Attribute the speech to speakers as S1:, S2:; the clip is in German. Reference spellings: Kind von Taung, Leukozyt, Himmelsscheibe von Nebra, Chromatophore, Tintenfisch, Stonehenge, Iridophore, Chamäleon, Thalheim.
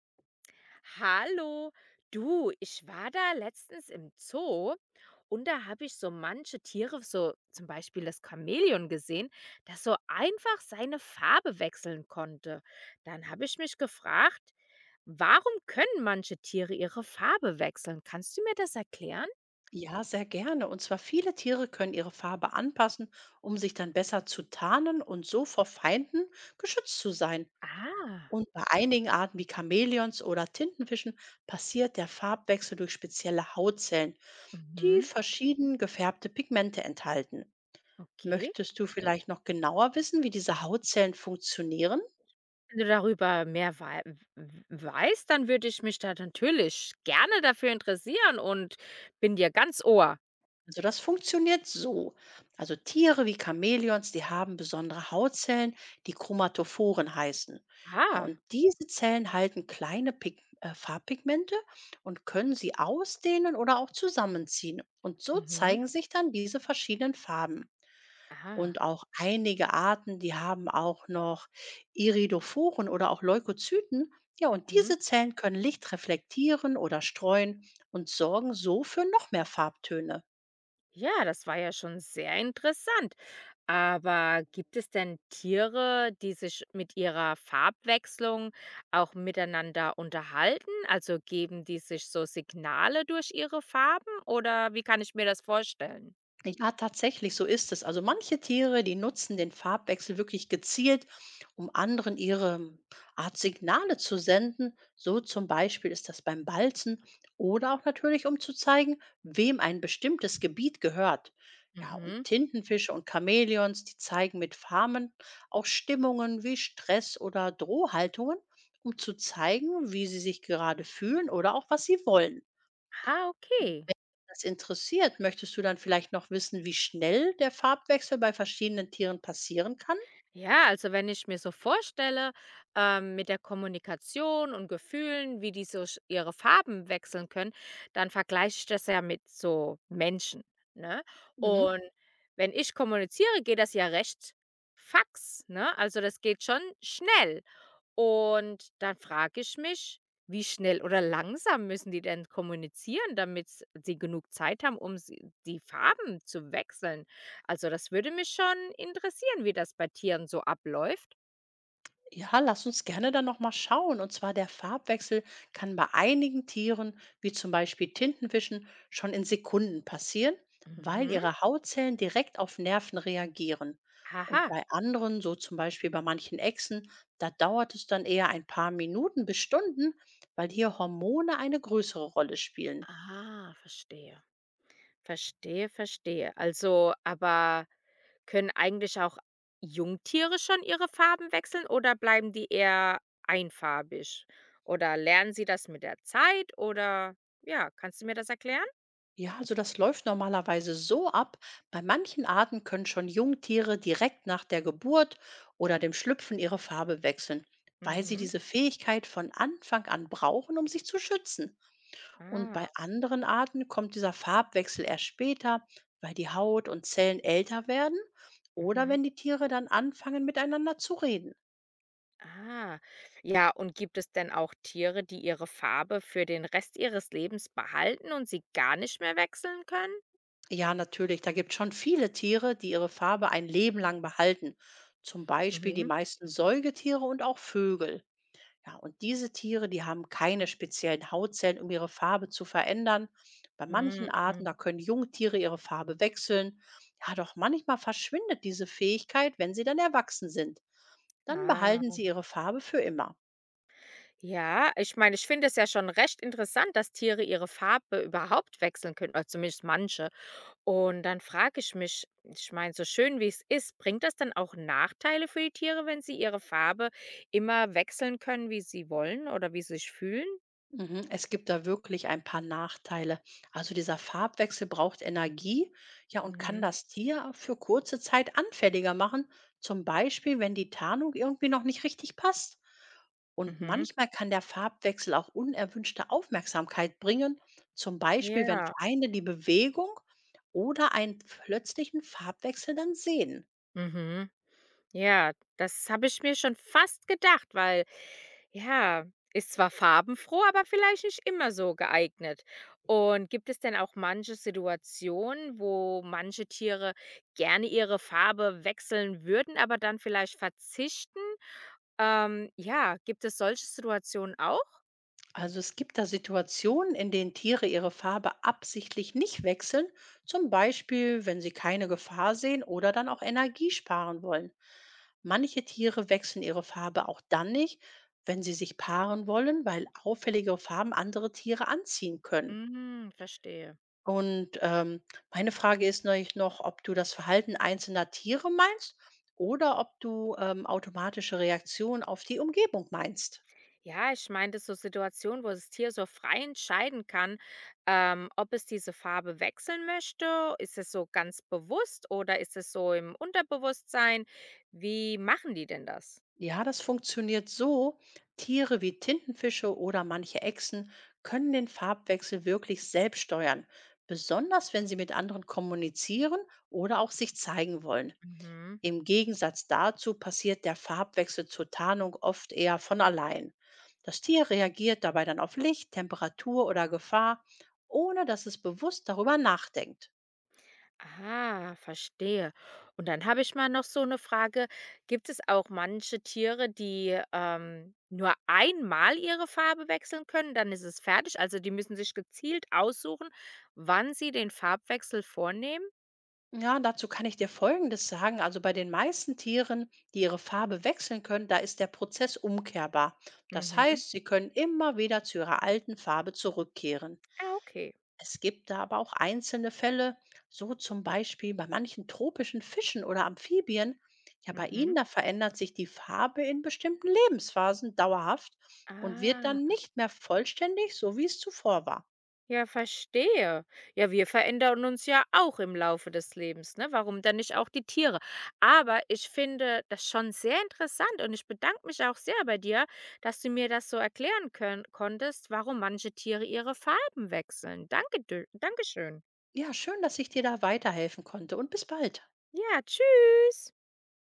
S1: Hallo, du, ich war da letztens im Zoo und da habe ich so manche Tiere, so zum Beispiel das Chamäleon gesehen, das so einfach seine Farbe wechseln konnte. Dann habe ich mich gefragt, warum können manche Tiere ihre Farbe wechseln? Kannst du mir das erklären?
S2: Ja, sehr gerne. Und zwar viele Tiere können ihre Farbe anpassen, um sich dann besser zu tarnen und so vor Feinden geschützt zu sein.
S1: Ah,
S2: Und bei einigen Arten wie Chamäleons oder Tintenfischen passiert der Farbwechsel durch spezielle Hautzellen, die
S1: mhm,
S2: verschieden gefärbte Pigmente enthalten.
S1: okay.
S2: Möchtest du vielleicht noch genauer wissen, wie diese Hautzellen funktionieren?
S1: Wenn du darüber mehr weißt, dann würde ich mich da natürlich gerne dafür interessieren und bin dir ganz Ohr.
S2: Also das funktioniert so. Also Tiere wie Chamäleons, die haben besondere Hautzellen, die Chromatophoren heißen. Ja,
S1: Ah.
S2: und diese Zellen halten kleine Pig Farbpigmente und können sie ausdehnen oder auch zusammenziehen. Und so
S1: Mhm.
S2: zeigen sich dann diese verschiedenen Farben.
S1: Aha.
S2: Und auch einige Arten, die haben auch noch Iridophoren oder auch Leukozyten. Ja, und
S1: Mhm.
S2: diese Zellen können Licht reflektieren oder streuen und sorgen so für noch mehr Farbtöne.
S1: Ja, das war ja schon sehr interessant. Aber gibt es denn Tiere, die sich mit ihrer Farbwechslung auch miteinander unterhalten? Also geben die sich so Signale durch ihre Farben oder wie kann ich mir das vorstellen?
S2: Ja, tatsächlich, so ist es. Also manche Tiere, die nutzen den Farbwechsel wirklich gezielt, um anderen ihre Art Signale zu senden. So zum Beispiel ist das beim Balzen oder auch natürlich, um zu zeigen, wem ein bestimmtes Gebiet gehört. Ja, und
S1: Mhm.
S2: Tintenfische und Chamäleons, die zeigen mit Farben auch Stimmungen wie Stress oder Drohhaltungen, um zu zeigen, wie sie sich gerade fühlen oder auch was sie wollen
S1: Ah, okay.
S2: das interessiert. Möchtest du dann vielleicht noch wissen, wie schnell der Farbwechsel bei verschiedenen Tieren passieren kann?
S1: Ja, also wenn ich mir so vorstelle, mit der Kommunikation und Gefühlen, wie die ihre Farben wechseln können, dann vergleiche ich das ja mit so Menschen. Ne?
S2: Mhm.
S1: Und wenn ich kommuniziere, geht das ja recht fax. Ne? Also das geht schon schnell. Und dann frage ich mich, wie schnell oder langsam müssen die denn kommunizieren, damit sie genug Zeit haben, um sie die Farben zu wechseln? Also, das würde mich schon interessieren, wie das bei Tieren so abläuft.
S2: Ja, lass uns gerne dann nochmal schauen. Und zwar der Farbwechsel kann bei einigen Tieren, wie zum Beispiel Tintenfischen, schon in Sekunden passieren, weil
S1: Mhm.
S2: ihre Hautzellen direkt auf Nerven reagieren. Und
S1: Aha.
S2: bei anderen, so zum Beispiel bei manchen Echsen, da dauert es dann eher ein paar Minuten bis Stunden, weil hier Hormone eine größere Rolle spielen.
S1: Ah, verstehe. Verstehe, verstehe. Also, aber können eigentlich auch Jungtiere schon ihre Farben wechseln oder bleiben die eher einfarbig? Oder lernen sie das mit der Zeit oder ja, kannst du mir das erklären?
S2: Ja, also das läuft normalerweise so ab. Bei manchen Arten können schon Jungtiere direkt nach der Geburt oder dem Schlüpfen ihre Farbe wechseln, weil sie
S1: Mhm.
S2: diese Fähigkeit von Anfang an brauchen, um sich zu schützen. Und bei
S1: Ah,
S2: anderen Arten kommt dieser Farbwechsel erst später, weil die Haut und Zellen älter werden oder
S1: mhm.
S2: wenn die Tiere dann anfangen miteinander zu reden.
S1: Ah. Ja, und gibt es denn auch Tiere, die ihre Farbe für den Rest ihres Lebens behalten und sie gar nicht mehr wechseln können?
S2: Ja, natürlich, da gibt es schon viele Tiere, die ihre Farbe ein Leben lang behalten. Zum Beispiel die
S1: Mhm.
S2: meisten Säugetiere und auch Vögel. Ja, und diese Tiere, die haben keine speziellen Hautzellen, um ihre Farbe zu verändern. Bei manchen
S1: Mhm,
S2: Arten,
S1: mhm.
S2: da können Jungtiere ihre Farbe wechseln. Ja, doch manchmal verschwindet diese Fähigkeit, wenn sie dann erwachsen sind. Dann behalten
S1: Ah.
S2: sie ihre Farbe für immer.
S1: Ja, ich meine, ich finde es ja schon recht interessant, dass Tiere ihre Farbe überhaupt wechseln können, oder zumindest manche. Und dann frage ich mich, ich meine, so schön wie es ist, bringt das dann auch Nachteile für die Tiere, wenn sie ihre Farbe immer wechseln können, wie sie wollen oder wie sie sich fühlen?
S2: Mhm. Es gibt da wirklich ein paar Nachteile. Also dieser Farbwechsel braucht Energie, ja, und kann
S1: Mhm.
S2: das Tier für kurze Zeit anfälliger machen, zum Beispiel, wenn die Tarnung irgendwie noch nicht richtig passt. Und
S1: Mhm.
S2: manchmal kann der Farbwechsel auch unerwünschte Aufmerksamkeit bringen, zum Beispiel, wenn
S1: Ja.
S2: Feinde die Bewegung oder einen plötzlichen Farbwechsel dann sehen.
S1: Mhm. Ja, das habe ich mir schon fast gedacht, weil ja, ist zwar farbenfroh, aber vielleicht nicht immer so geeignet. Und gibt es denn auch manche Situationen, wo manche Tiere gerne ihre Farbe wechseln würden, aber dann vielleicht verzichten? Ja, gibt es solche Situationen auch?
S2: Also es gibt da Situationen, in denen Tiere ihre Farbe absichtlich nicht wechseln, zum Beispiel wenn sie keine Gefahr sehen oder dann auch Energie sparen wollen. Manche Tiere wechseln ihre Farbe auch dann nicht, wenn sie sich paaren wollen, weil auffällige Farben andere Tiere anziehen können.
S1: Mhm, verstehe.
S2: Und meine Frage ist neulich noch, ob du das Verhalten einzelner Tiere meinst oder ob du automatische Reaktionen auf die Umgebung meinst.
S1: Ja, ich meine, meinte so Situationen, wo das Tier so frei entscheiden kann, ob es diese Farbe wechseln möchte. Ist es so ganz bewusst oder ist es so im Unterbewusstsein? Wie machen die denn das?
S2: Ja, das funktioniert so. Tiere wie Tintenfische oder manche Echsen können den Farbwechsel wirklich selbst steuern, besonders wenn sie mit anderen kommunizieren oder auch sich zeigen wollen.
S1: Mhm.
S2: Im Gegensatz dazu passiert der Farbwechsel zur Tarnung oft eher von allein. Das Tier reagiert dabei dann auf Licht, Temperatur oder Gefahr, ohne dass es bewusst darüber nachdenkt.
S1: Ah, verstehe. Und dann habe ich mal noch so eine Frage. Gibt es auch manche Tiere, die nur einmal ihre Farbe wechseln können? Dann ist es fertig. Also die müssen sich gezielt aussuchen, wann sie den Farbwechsel vornehmen.
S2: Ja, dazu kann ich dir Folgendes sagen. Also bei den meisten Tieren, die ihre Farbe wechseln können, da ist der Prozess umkehrbar. Das
S1: Mhm.
S2: heißt, sie können immer wieder zu ihrer alten Farbe zurückkehren.
S1: Ah, okay.
S2: Es gibt da aber auch einzelne Fälle, so zum Beispiel bei manchen tropischen Fischen oder Amphibien. Ja, bei ihnen,
S1: Mhm.
S2: da verändert sich die Farbe in bestimmten Lebensphasen dauerhaft und wird dann
S1: Ah,
S2: nicht mehr vollständig, so wie es zuvor war.
S1: ja, verstehe. Ja, wir verändern uns ja auch im Laufe des Lebens, ne? Warum dann nicht auch die Tiere? Aber ich finde das schon sehr interessant und ich bedanke mich auch sehr bei dir, dass du mir das so erklären können konntest, warum manche Tiere ihre Farben wechseln. Danke, Dankeschön.
S2: Ja, schön, dass ich dir da weiterhelfen konnte und bis bald.
S1: Ja, tschüss.